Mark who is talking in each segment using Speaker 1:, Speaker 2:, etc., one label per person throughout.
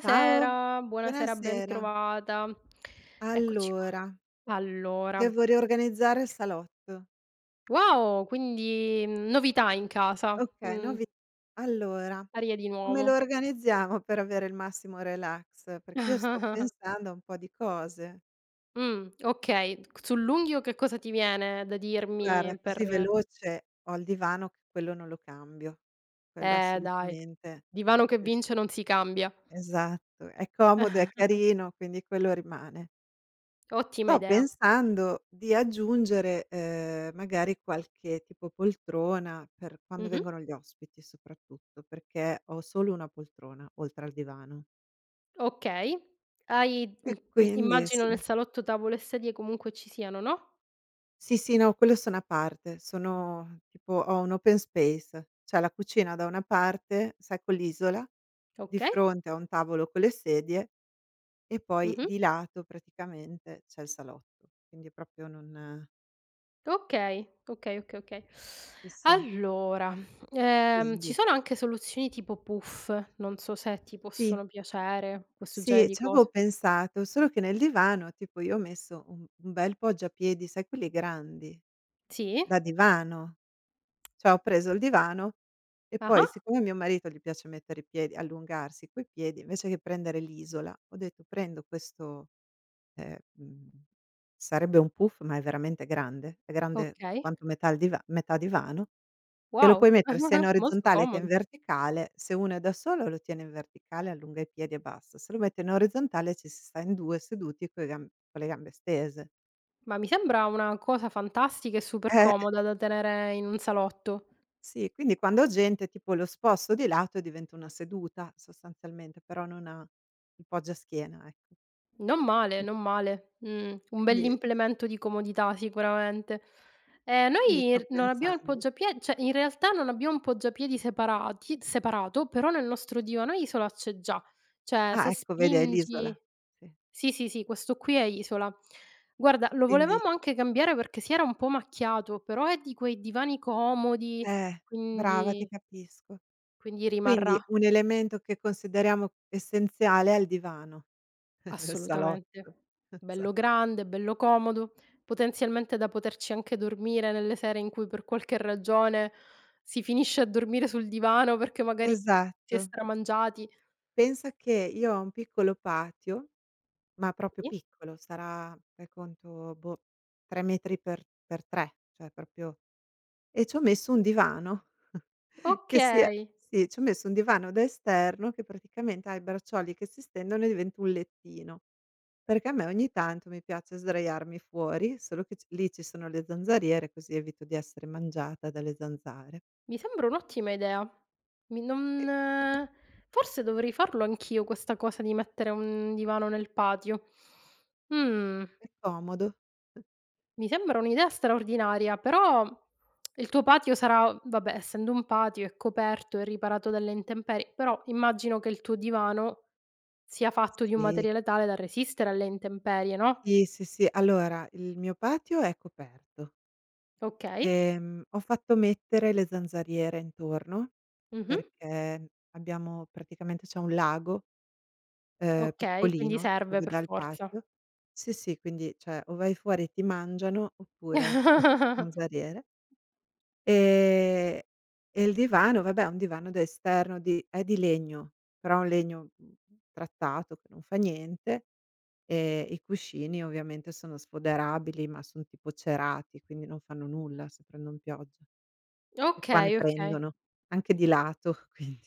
Speaker 1: Ciao,
Speaker 2: buonasera,
Speaker 1: buonasera.
Speaker 2: bentrovata. Eccoci qua.
Speaker 1: Allora,
Speaker 2: Allora,
Speaker 1: devo riorganizzare il salotto.
Speaker 2: wow, quindi, novità in casa,
Speaker 1: Okay, no vi allora,
Speaker 2: aria di
Speaker 1: come lo
Speaker 2: nuovo.
Speaker 1: organizziamo per avere il massimo relax? Perché io sto pensando a un po' di cose.
Speaker 2: Okay. C sull'unghio che cosa ti viene da
Speaker 1: Guarda,
Speaker 2: dirmi
Speaker 1: così
Speaker 2: per
Speaker 1: veloce ho il divano, che quello non lo cambio, quello
Speaker 2: dai,
Speaker 1: assolutamente.
Speaker 2: divano che vince non si cambia.
Speaker 1: Esatto, è comodo, è carino, quindi quello rimane.
Speaker 2: Ottima
Speaker 1: Sto
Speaker 2: idea.
Speaker 1: pensando di aggiungere, magari qualche tipo poltrona per quando
Speaker 2: Mh-mh.
Speaker 1: vengono gli ospiti soprattutto, perché ho solo una poltrona oltre al divano.
Speaker 2: Okay. Hai
Speaker 1: E quindi
Speaker 2: immagino
Speaker 1: sì.
Speaker 2: nel salotto tavolo e sedie comunque ci siano, no?
Speaker 1: Sì, sì, no, quello sono a parte, sono tipo ho un open space, c'è la cucina da una parte, sai, con l'isola, di
Speaker 2: Okay.
Speaker 1: fronte a un tavolo con le sedie, e poi
Speaker 2: Mh-mh.
Speaker 1: di lato praticamente c'è il salotto. Quindi proprio non,
Speaker 2: Okay, okay, okay, okay.
Speaker 1: sì, sì,
Speaker 2: Allora, ci
Speaker 1: quindi
Speaker 2: sono anche soluzioni tipo puff, non so se ti
Speaker 1: sì.
Speaker 2: possono piacere questo
Speaker 1: Sì,
Speaker 2: genere di
Speaker 1: c'avevo
Speaker 2: cose.
Speaker 1: pensato, solo che nel divano, tipo, io ho messo un bel poggiapiedi, sai quelli grandi,
Speaker 2: Sì?
Speaker 1: da divano. Cioè, ho preso il divano e poi,
Speaker 2: Ah-ah,
Speaker 1: siccome a mio marito gli piace mettere i piedi, allungarsi coi piedi, invece che prendere l'isola, ho detto: "Prendo questo", ehm, mhmm, sarebbe un puff, ma è veramente grande, è grande
Speaker 2: okay.
Speaker 1: quanto metà il diva metà divano, che lo puoi
Speaker 2: Wow,
Speaker 1: mettere sia in
Speaker 2: molto
Speaker 1: orizzontale che in
Speaker 2: comodo.
Speaker 1: verticale. Se uno è da solo, lo tiene in verticale, allunga i piedi e basta; se lo mette in orizzontale, ci si sta in 2 seduti coi gam con le gambe stese.
Speaker 2: Ma mi sembra una cosa fantastica e super
Speaker 1: Eh,
Speaker 2: comoda da tenere in un salotto.
Speaker 1: sì, quindi quando ho gente, tipo, lo sposto di lato e diventa una seduta sostanzialmente, però non ha il poggiaschiena, ecco.
Speaker 2: Non male, non male. Un
Speaker 1: Quindi
Speaker 2: bell'implemento di comodità sicuramente.
Speaker 1: quindi
Speaker 2: Noi
Speaker 1: sto
Speaker 2: r non abbiamo il
Speaker 1: pensando.
Speaker 2: poggiapie cioè in realtà non abbiamo un poggiapiedi separati separato, però nel nostro divano isola c'è già. Cioè
Speaker 1: Ah,
Speaker 2: se
Speaker 1: ecco, vedi, hai l'isola.
Speaker 2: spingi
Speaker 1: Sì.
Speaker 2: sì, sì, sì, questo qui è isola. Guarda, lo
Speaker 1: Quindi,
Speaker 2: volevamo anche cambiare perché si era un po' macchiato, però è di quei divani comodi,
Speaker 1: eh, brava, ti
Speaker 2: quindi
Speaker 1: capisco.
Speaker 2: rimarrà.
Speaker 1: Quindi un elemento che consideriamo essenziale è il divano. Nel
Speaker 2: Assolutamente.
Speaker 1: salotto. Esa
Speaker 2: Bello grande, bello comodo, potenzialmente da poterci anche dormire nelle sere in cui per qualche ragione si finisce a dormire sul divano perché magari si
Speaker 1: Esatto.
Speaker 2: è stramangiati.
Speaker 1: Pensa che io ho un piccolo patio, ma proprio
Speaker 2: Sì?
Speaker 1: piccolo, sarà, fai conto, boh, 3 metri per 3, cioè proprio, e ci ho messo un divano che si è,
Speaker 2: Okay,
Speaker 1: sì, ci ho messo un divano da esterno che praticamente ha i braccioli che si stendono e diventa un lettino, perché a me ogni tanto mi piace sdraiarmi fuori, solo che c lì ci sono le zanzariere, così evito di essere mangiata dalle zanzare.
Speaker 2: mi sembra un'ottima idea. Mi
Speaker 1: E
Speaker 2: non forse dovrei farlo anch'io questa cosa di mettere un divano nel patio. Mh.
Speaker 1: è comodo.
Speaker 2: Mi sembra un'idea straordinaria, però il tuo patio sarà vabbè, essendo un patio è coperto e riparato dalle intemperie, però immagino che il tuo divano sia fatto di un
Speaker 1: Sì.
Speaker 2: materiale tale da resistere alle intemperie, no?
Speaker 1: Sì, sì, sì. Allora, il mio patio è coperto.
Speaker 2: Okay.
Speaker 1: Ho fatto mettere le zanzariere intorno,
Speaker 2: Mh-mh.
Speaker 1: perché abbiamo, praticamente c'è un lago,
Speaker 2: Okay, quindi
Speaker 1: piccolino,
Speaker 2: serve
Speaker 1: dove
Speaker 2: per
Speaker 1: dà il
Speaker 2: forza.
Speaker 1: patio. Sì, sì, quindi cioè o vai fuori e ti mangiano oppure zanzariere. Ehm, e il divano, vabbè, è un divano da esterno di è di legno, però è un legno, trattato, che non fa niente. I cuscini ovviamente sono sfoderabili, ma son tipo cerati, quindi non fanno nulla se prendon pioggia. E qua ne
Speaker 2: Okay, okay.
Speaker 1: prendono, anche di lato, quindi.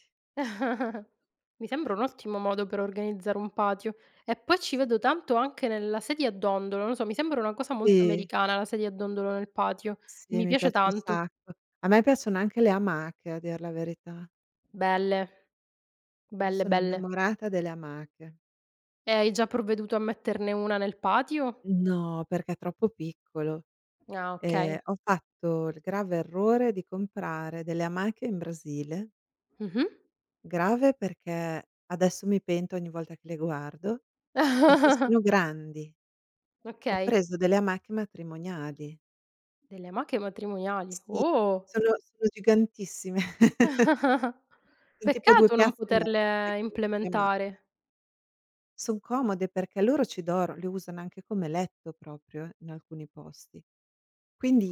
Speaker 2: Mi sembra un ottimo modo per organizzare un patio. E poi ci
Speaker 1: Sì.
Speaker 2: vedo tanto anche nella sedia a dondolo, non lo so, mi sembra una cosa molto
Speaker 1: Sì,
Speaker 2: americana la sedia a dondolo nel patio,
Speaker 1: sì,
Speaker 2: mi
Speaker 1: mi
Speaker 2: piace
Speaker 1: piace un
Speaker 2: tanto.
Speaker 1: sacco. A me piacciono anche le amache, a dir la verità.
Speaker 2: Belle,
Speaker 1: Io
Speaker 2: belle,
Speaker 1: sono
Speaker 2: belle.
Speaker 1: innamorata delle amache.
Speaker 2: E hai già provveduto a metterne una nel patio?
Speaker 1: No, perché è troppo piccolo.
Speaker 2: Ah, okay.
Speaker 1: Ho fatto il grave errore di comprare delle amache in Brasile,
Speaker 2: Mh-mh.
Speaker 1: grave perché adesso mi pento ogni volta che le guardo. Perché sono grandi. Ho
Speaker 2: Okay,
Speaker 1: preso delle amache matrimoniali.
Speaker 2: delle amache matrimoniali.
Speaker 1: Sì,
Speaker 2: Oh!
Speaker 1: sono gigantissime. Son tipo 2
Speaker 2: Peccato non
Speaker 1: piazze e mezzo
Speaker 2: poterle
Speaker 1: di ama,
Speaker 2: implementare,
Speaker 1: son comode perché loro ci dor le usano anche come letto proprio in alcuni posti.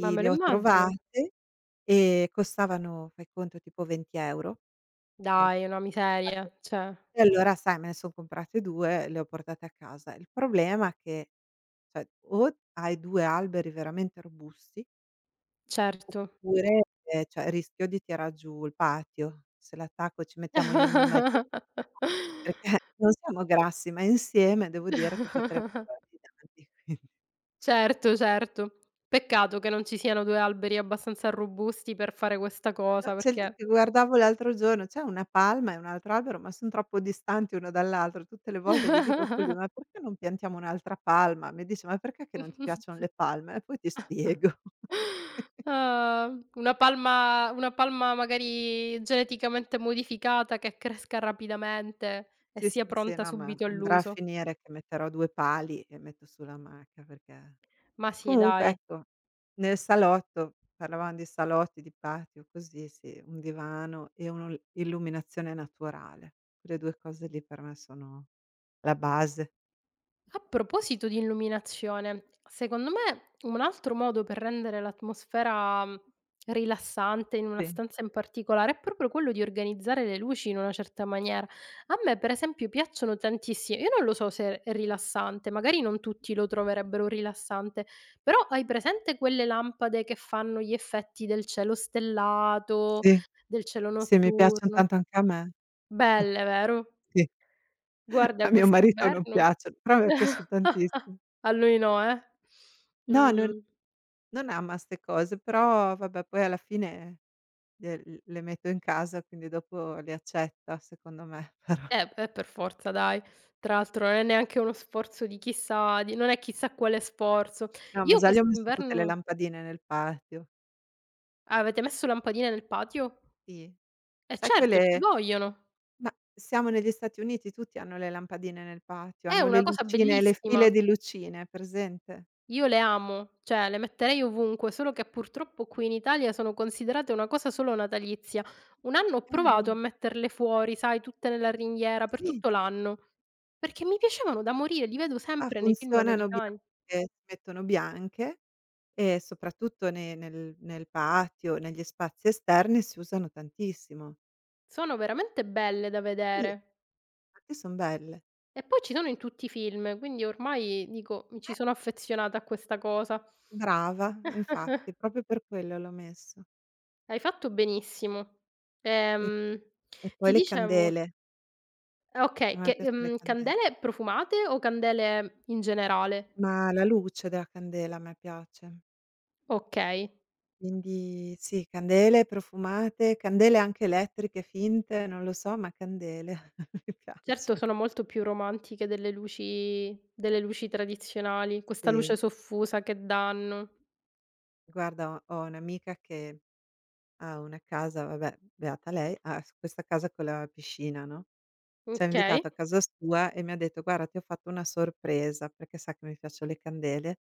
Speaker 2: ma me
Speaker 1: le
Speaker 2: lo
Speaker 1: ho
Speaker 2: immagino.
Speaker 1: trovate e costavano, fai conto, tipo 20 € per
Speaker 2: Dai, è una miseria, cioè,
Speaker 1: e allora, sai, me ne son comprate 2, le ho portate a casa. Il problema è che, cioè, o hai 2 alberi veramente robusti,
Speaker 2: certo.
Speaker 1: oppure, cioè, rischio di tirar giù il patio, se l'attacco ci mettiamo io e mio marito. Perché non siamo grassi, ma insieme devo dire che potremmo farci danni, quindi
Speaker 2: Certo, certo. Peccato che non ci siano 2 alberi abbastanza robusti per fare questa
Speaker 1: no,
Speaker 2: cosa,
Speaker 1: c'è l
Speaker 2: perché
Speaker 1: ti guardavo l'altro giorno, c'è una palma e un altro albero, ma son troppo distanti uno dall'altro. Tutte le volte gli dico a colui: "Ma perché non piantiamo un'altra palma?" Mi dice: "Ma perché, che non ti piacciono le palme?" E poi ti spiego.
Speaker 2: Ah, una palma magari geneticamente modificata che cresca rapidamente e
Speaker 1: Sì, sì,
Speaker 2: sia
Speaker 1: sì,
Speaker 2: pronta
Speaker 1: no, ma
Speaker 2: subito
Speaker 1: andrà a
Speaker 2: all'uso.
Speaker 1: finire che metterò 2 pali e metto sull'amaca, perché.
Speaker 2: Ma sì
Speaker 1: Comunque
Speaker 2: dai.
Speaker 1: ecco, nel salotto, parlavam di salotti, di patio, così sì, un divano e un'illuminazione naturale. Quelle 2 cose lì, per me, sono la base.
Speaker 2: A proposito di illuminazione, secondo me un altro modo per rendere l'atmosfera rilassante in una
Speaker 1: Sì,
Speaker 2: stanza in particolare è proprio quello di organizzare le luci in una certa maniera. A me, per esempio, piacciono tantissimo. Io non lo so se è rilassante, magari non tutti lo troverebbero rilassante, però hai presente quelle lampade che fanno gli effetti del cielo stellato,
Speaker 1: sì,
Speaker 2: del cielo
Speaker 1: sì, mi piaccion
Speaker 2: notturno?
Speaker 1: tanto anche a me.
Speaker 2: Belle, vero?
Speaker 1: Sì, a
Speaker 2: Guarda,
Speaker 1: mio marito non
Speaker 2: quest'inverno
Speaker 1: piacciono, però a me piaccion tantissimo.
Speaker 2: A lui no, eh?
Speaker 1: No, non
Speaker 2: Mh.
Speaker 1: non ama 'ste cose, però vabbè, poi alla fine le metto in casa, quindi dopo le accetta, secondo me, però.
Speaker 2: Beh, per forza dai. Tra l'altro non è neanche uno sforzo di chissà di non è chissà quale sforzo.
Speaker 1: No, ma
Speaker 2: Io
Speaker 1: già gli ho messo tutte le
Speaker 2: quest'inverno
Speaker 1: lampadine nel patio.
Speaker 2: avete messo lampadine nel patio?
Speaker 1: Sì.
Speaker 2: Eh
Speaker 1: Sai
Speaker 2: certo, ci
Speaker 1: quelle,
Speaker 2: vogliono.
Speaker 1: ma siamo negli Stati Uniti, tutti hanno le lampadine nel patio,
Speaker 2: È
Speaker 1: hanno le
Speaker 2: una cosa
Speaker 1: lucine, le
Speaker 2: bellissima.
Speaker 1: file di lucine, hai presente?
Speaker 2: Io le amo, cioè le metterei ovunque, solo che purtroppo qui in Italia sono considerate una cosa solo natalizia. Un anno ho provato a
Speaker 1: No.
Speaker 2: metterle fuori, sai, tutte nella ringhiera per
Speaker 1: Sì,
Speaker 2: tutto l'anno, perché mi piacevano da morire, li vedo
Speaker 1: qua
Speaker 2: sempre nei film
Speaker 1: funzionano
Speaker 2: americani.
Speaker 1: bianche, si mettono bianche, e soprattutto ne nel patio, negli spazi esterni, si usano tantissimo.
Speaker 2: Sono veramente belle da
Speaker 1: Sì,
Speaker 2: vedere.
Speaker 1: infatti son belle.
Speaker 2: E poi ci sono in tutti i film, quindi ormai dico, mi
Speaker 1: Eh,
Speaker 2: ci sono affezionata a questa cosa.
Speaker 1: brava, infatti, proprio per quello l'ho messo.
Speaker 2: Hai fatto benissimo.
Speaker 1: E
Speaker 2: Ehm,
Speaker 1: e poi
Speaker 2: ti
Speaker 1: le
Speaker 2: dicevo
Speaker 1: candele, a
Speaker 2: okay,
Speaker 1: me
Speaker 2: che
Speaker 1: piacciono le candele.
Speaker 2: candele profumate o candele in generale?
Speaker 1: Ma la luce della candela a me piace.
Speaker 2: Okay.
Speaker 1: Quindi sì, candele profumate, candele anche elettriche finte, non lo so, ma candele mi
Speaker 2: Certo
Speaker 1: piacciono,
Speaker 2: sono molto più romantiche delle luci tradizionali, questa luce
Speaker 1: sì.
Speaker 2: soffusa che danno.
Speaker 1: Guarda, ho un'amica che ha una casa, vabbè, beata lei, ha s questa casa con la piscina, no, ci ha invitato
Speaker 2: Okay.
Speaker 1: a casa sua e mi ha detto: "Guarda, ti ho fatto una sorpresa", perché sa che mi piacciono le candele.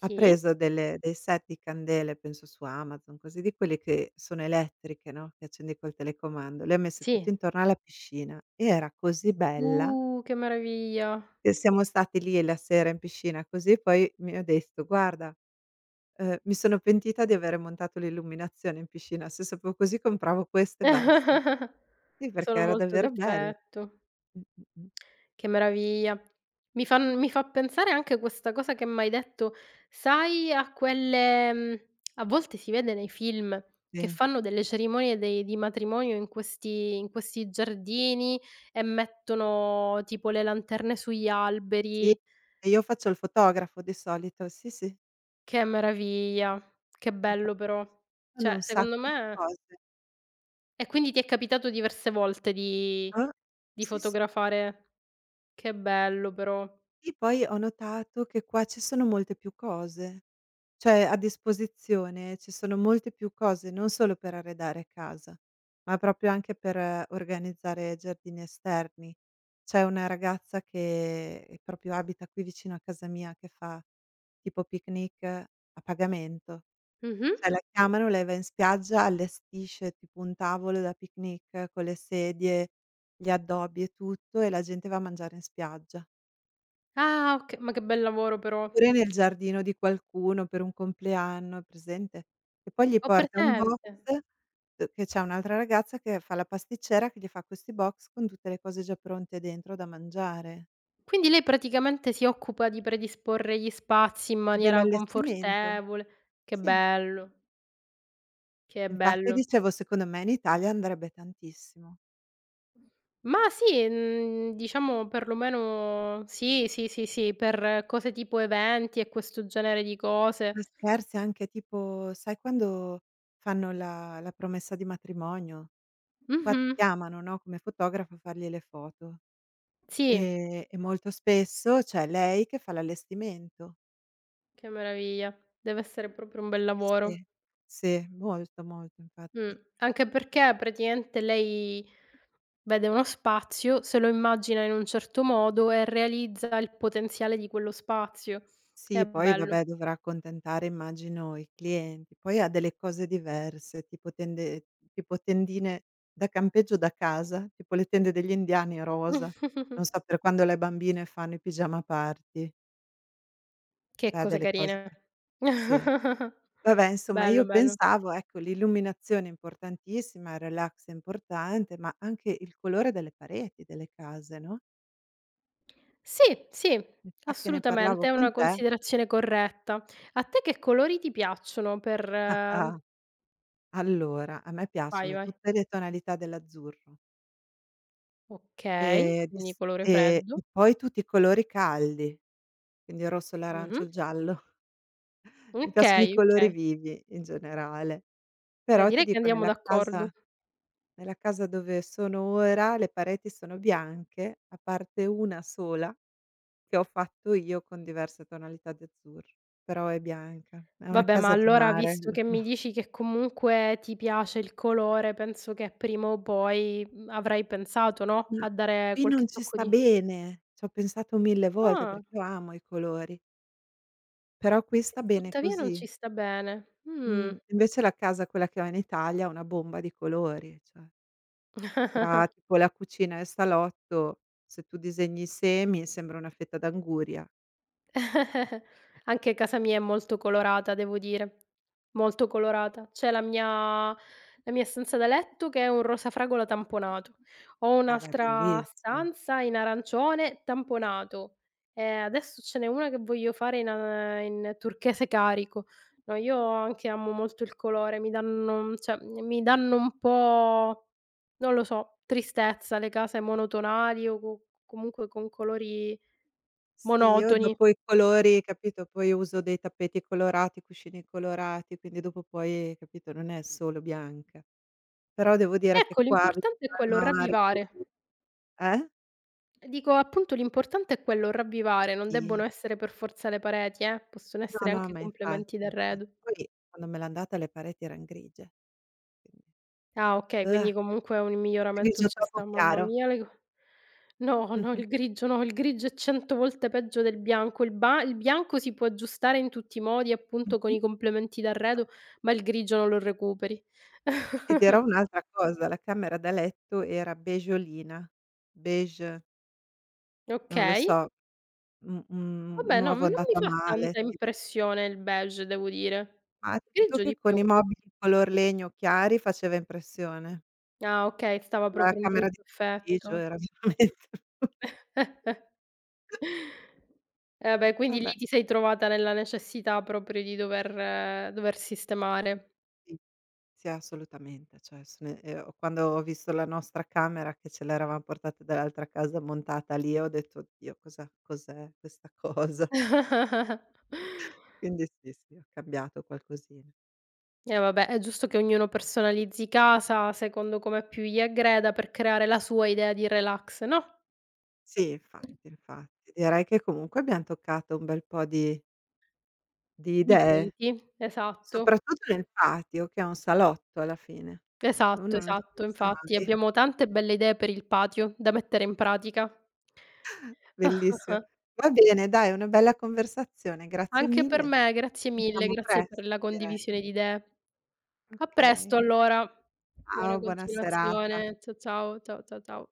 Speaker 1: Ha preso delle dei set di candele, penso su Amazon, così, di quelle che sono elettriche, no, che accendi col telecomando, le ha messe
Speaker 2: sì.
Speaker 1: tutte intorno alla piscina. Era così bella.
Speaker 2: Che meraviglia.
Speaker 1: E siamo stati lì la sera in piscina, così, poi mi ha detto: "Guarda, mi sono pentita di avere montato l'illuminazione in piscina, se sapevo così compravo questo e basta". Sì, perché
Speaker 2: Sono
Speaker 1: era
Speaker 2: molto
Speaker 1: davvero bello.
Speaker 2: d'effetto.
Speaker 1: Mh, mh, mh.
Speaker 2: Che meraviglia. Mi fan mi fa pensare anche questa cosa che m'hai detto, sai a quelle a volte si vede nei film che
Speaker 1: Sì,
Speaker 2: fanno delle cerimonie dei di matrimonio in questi giardini e mettono tipo le lanterne sugli
Speaker 1: sì,
Speaker 2: alberi.
Speaker 1: e io faccio il fotografo di solito, sì, sì,
Speaker 2: Che meraviglia, che
Speaker 1: è
Speaker 2: bello
Speaker 1: proprio così.
Speaker 2: però.
Speaker 1: Fanno
Speaker 2: Cioè
Speaker 1: un
Speaker 2: secondo
Speaker 1: sacco di
Speaker 2: me
Speaker 1: cose.
Speaker 2: e quindi ti è capitato diverse volte di
Speaker 1: Ah, sì, sì.
Speaker 2: fotografare? Che bello però.
Speaker 1: Sì, poi ho notato che qua ci sono molte più cose, cioè a disposizione ci sono molte più cose, non solo per arredare casa, ma proprio anche per, organizzare giardini esterni. C'è una ragazza che proprio abita qui vicino a casa mia, che fa tipo picnic a pagamento.
Speaker 2: Mh-mh.
Speaker 1: Cioè, la chiamano, lei va in spiaggia, allestisce tipo un tavolo da picnic con le sedie, gli addobbi e tutto, e la gente va a mangiare in spiaggia.
Speaker 2: Ah, oka ma che bel lavoro però.
Speaker 1: Oppure nel giardino di qualcuno per un compleanno, hai presente? E poi gli
Speaker 2: Ho
Speaker 1: porta un box,
Speaker 2: presente.
Speaker 1: che c'è un'altra ragazza che fa la pasticcera, che gli fa questi box con tutte le cose già pronte dentro da mangiare,
Speaker 2: Quindi lei praticamente si occupa di predisporre gli spazi in maniera
Speaker 1: dell'allestimento.
Speaker 2: confortevole. Che
Speaker 1: Sì,
Speaker 2: bello, che
Speaker 1: infatti,
Speaker 2: bello.
Speaker 1: dicevo, secondo me in Italia andrebbe tantissimo.
Speaker 2: Ma sì, diciamo perlomeno sì, sì, sì, sì, per cose tipo eventi e questo genere di cose.
Speaker 1: Ma scherzi, anche tipo sai quando fanno la promessa di matrimonio? Qua ti
Speaker 2: Mh-mh.
Speaker 1: chiamano, no, come fotografo a fargli le foto.
Speaker 2: Sì,
Speaker 1: E molto spesso c'è lei che fa l'allestimento.
Speaker 2: che meraviglia. Deve essere proprio un bel lavoro.
Speaker 1: Sì, sì, molto, molto,
Speaker 2: Mh.
Speaker 1: infatti.
Speaker 2: Anche perché praticamente lei vede uno spazio, se lo immagina in un certo modo e realizza il potenziale di quello spazio.
Speaker 1: Sì,
Speaker 2: È
Speaker 1: poi
Speaker 2: bello.
Speaker 1: vabbè, dovrà accontentare, immagino, i clienti. Poi ha delle cose diverse, tipo tende, tendine da campeggio da casa, tipo le tende degli indiani rosa, non so, per quando le bambine fanno i pigiama party,
Speaker 2: Che
Speaker 1: cioè ha
Speaker 2: cose
Speaker 1: delle cose
Speaker 2: carine.
Speaker 1: pa sì. Vabbè, insomma, io
Speaker 2: Bello, bello.
Speaker 1: pensavo, ecco, l'illuminazione è importantissima, il relax è importante, ma anche il colore delle pareti delle case, no,
Speaker 2: Sì, sì,
Speaker 1: mi sa che ne
Speaker 2: assolutamente,
Speaker 1: parlavo
Speaker 2: è
Speaker 1: con
Speaker 2: una
Speaker 1: te.
Speaker 2: considerazione corretta. A te che colori ti piacciono per
Speaker 1: Ah, ah. Allora, a me
Speaker 2: vai,
Speaker 1: piacciono
Speaker 2: vai.
Speaker 1: tutte le tonalità dell'azzurro,
Speaker 2: Okay,
Speaker 1: di
Speaker 2: quindi
Speaker 1: s
Speaker 2: colore
Speaker 1: e
Speaker 2: freddo.
Speaker 1: poi tutti i colori caldi, quindi il rosso, l'arancio,
Speaker 2: Mh-mh.
Speaker 1: il giallo. Mi piacciono i
Speaker 2: Okay,
Speaker 1: colori
Speaker 2: okay.
Speaker 1: vivi in generale,
Speaker 2: Beh,
Speaker 1: però ti
Speaker 2: direi che
Speaker 1: dico,
Speaker 2: andiamo
Speaker 1: nella
Speaker 2: d'accordo.
Speaker 1: casa, nella casa dove sono ora le pareti sono bianche, a parte una sola che ho fatto io con diverse tonalità di azzurro, però è bianca. È una
Speaker 2: Vabbè, ma
Speaker 1: casa di
Speaker 2: allora visto
Speaker 1: mare.
Speaker 2: che mi dici che comunque ti piace il colore, penso che prima o poi, avrai pensato, no,
Speaker 1: Ma
Speaker 2: a dare
Speaker 1: qui non
Speaker 2: qualche
Speaker 1: ci
Speaker 2: tocco
Speaker 1: sta
Speaker 2: di
Speaker 1: bene. Ci ho pensato 1000 volte,
Speaker 2: ah,
Speaker 1: perché io amo i colori. Però qui
Speaker 2: e
Speaker 1: sta bene
Speaker 2: tuttavia non
Speaker 1: così.
Speaker 2: ci sta bene. Mh.
Speaker 1: Invece la casa, quella che ho in Italia, è una bomba di colori, cioè tra, tipo, la cucina e il salotto, se tu disegni i semi sembra una fetta d'anguria.
Speaker 2: Anche casa mia è molto colorata, devo dire. Molto colorata. C'è la mia stanza da letto che è un rosa fragola tamponato. Ho
Speaker 1: Vabbè,
Speaker 2: un'altra
Speaker 1: bellissimo.
Speaker 2: stanza in arancione tamponato. Adesso ce n'è una che voglio fare in a in turchese carico. No, io anche amo molto il colore, mi danno cioè, mi danno un po', non lo so, tristezza le case monotonali o co comunque con colori
Speaker 1: Sì, io
Speaker 2: monotoni.
Speaker 1: dopo i colori, capito, poi uso dei tappeti colorati, cuscini colorati, quindi dopo, poi, capito, non è solo bianca. Però devo dire che
Speaker 2: Ecco,
Speaker 1: qua
Speaker 2: l'importante
Speaker 1: vicino
Speaker 2: è
Speaker 1: al
Speaker 2: quello,
Speaker 1: mare così,
Speaker 2: ravvivare.
Speaker 1: eh?
Speaker 2: Dico, appunto, l'importante è quello, ravvivare, non
Speaker 1: Sì.
Speaker 2: debbono essere per forza le pareti, possono
Speaker 1: No,
Speaker 2: essere
Speaker 1: no,
Speaker 2: anche
Speaker 1: ma
Speaker 2: complementi
Speaker 1: infatti, infatti.
Speaker 2: d'arredo.
Speaker 1: Poi quando me l'han data le pareti eran grigie. Quindi,
Speaker 2: Ah, okay,
Speaker 1: uh,
Speaker 2: quindi comunque un miglioramento
Speaker 1: grigio
Speaker 2: c'è
Speaker 1: troppo
Speaker 2: sta mamma
Speaker 1: chiaro.
Speaker 2: mia le co no, no,
Speaker 1: Mh-mh.
Speaker 2: il grigio no, il grigio è 100 volte peggio del bianco. Il ba il bianco si può aggiustare in tutti i modi, appunto, con
Speaker 1: Mh-mh.
Speaker 2: i complementi d'arredo, ma il grigio non lo recuperi.
Speaker 1: E ti dirò un'altra cosa, la camera da letto era beigeolina, beige, non lo
Speaker 2: Okay,
Speaker 1: so, un
Speaker 2: vabbè, no,
Speaker 1: uovo
Speaker 2: non mi
Speaker 1: andato a
Speaker 2: fa
Speaker 1: male,
Speaker 2: tanta
Speaker 1: sì.
Speaker 2: impressione il beige, devo dire.
Speaker 1: Ma ti dico
Speaker 2: Grigio
Speaker 1: che
Speaker 2: di
Speaker 1: con
Speaker 2: più.
Speaker 1: i mobili color legno chiari faceva impressione.
Speaker 2: Ah okay, stava
Speaker 1: La
Speaker 2: proprio un
Speaker 1: camera di
Speaker 2: brutto
Speaker 1: Gigio
Speaker 2: effetto.
Speaker 1: era veramente
Speaker 2: Eh beh, quindi lì
Speaker 1: vabbè,
Speaker 2: ti sei trovata nella necessità proprio di dover sistemare.
Speaker 1: sì. Sì, assolutamente, cioè se ne, o quando ho visto la nostra camera che ce l'eravam portata dall'altra casa montata lì, ho detto: "Oddio, cosa cos'è questa cosa?" Quindi sì, sì, ho cambiato qualcosina.
Speaker 2: Eh vabbè, è giusto che ognuno personalizzi casa secondo come più gli aggreda per creare la sua idea di relax, no,
Speaker 1: Sì, infatti, infatti. Direi che comunque abbiam toccato un bel po' di
Speaker 2: di
Speaker 1: idee,
Speaker 2: punti. Esatto,
Speaker 1: soprattutto nel patio, che è un salotto alla fine. Uno non ci
Speaker 2: esatto.
Speaker 1: pensa
Speaker 2: Infatti
Speaker 1: mai.
Speaker 2: abbiamo tante belle idee per il patio da mettere in pratica.
Speaker 1: Bellissimo. Va bene, dai, una bella conversazione, grazie
Speaker 2: Anche per
Speaker 1: mille.
Speaker 2: me,
Speaker 1: Ci
Speaker 2: grazie mille,
Speaker 1: sentiamo
Speaker 2: grazie per la
Speaker 1: presto, direi, no?
Speaker 2: condivisione di idee. A presto
Speaker 1: Okay.
Speaker 2: allora. Buona
Speaker 1: Ciao, buona serata.
Speaker 2: continuazione. Cia ciao, ciao, cia ciao.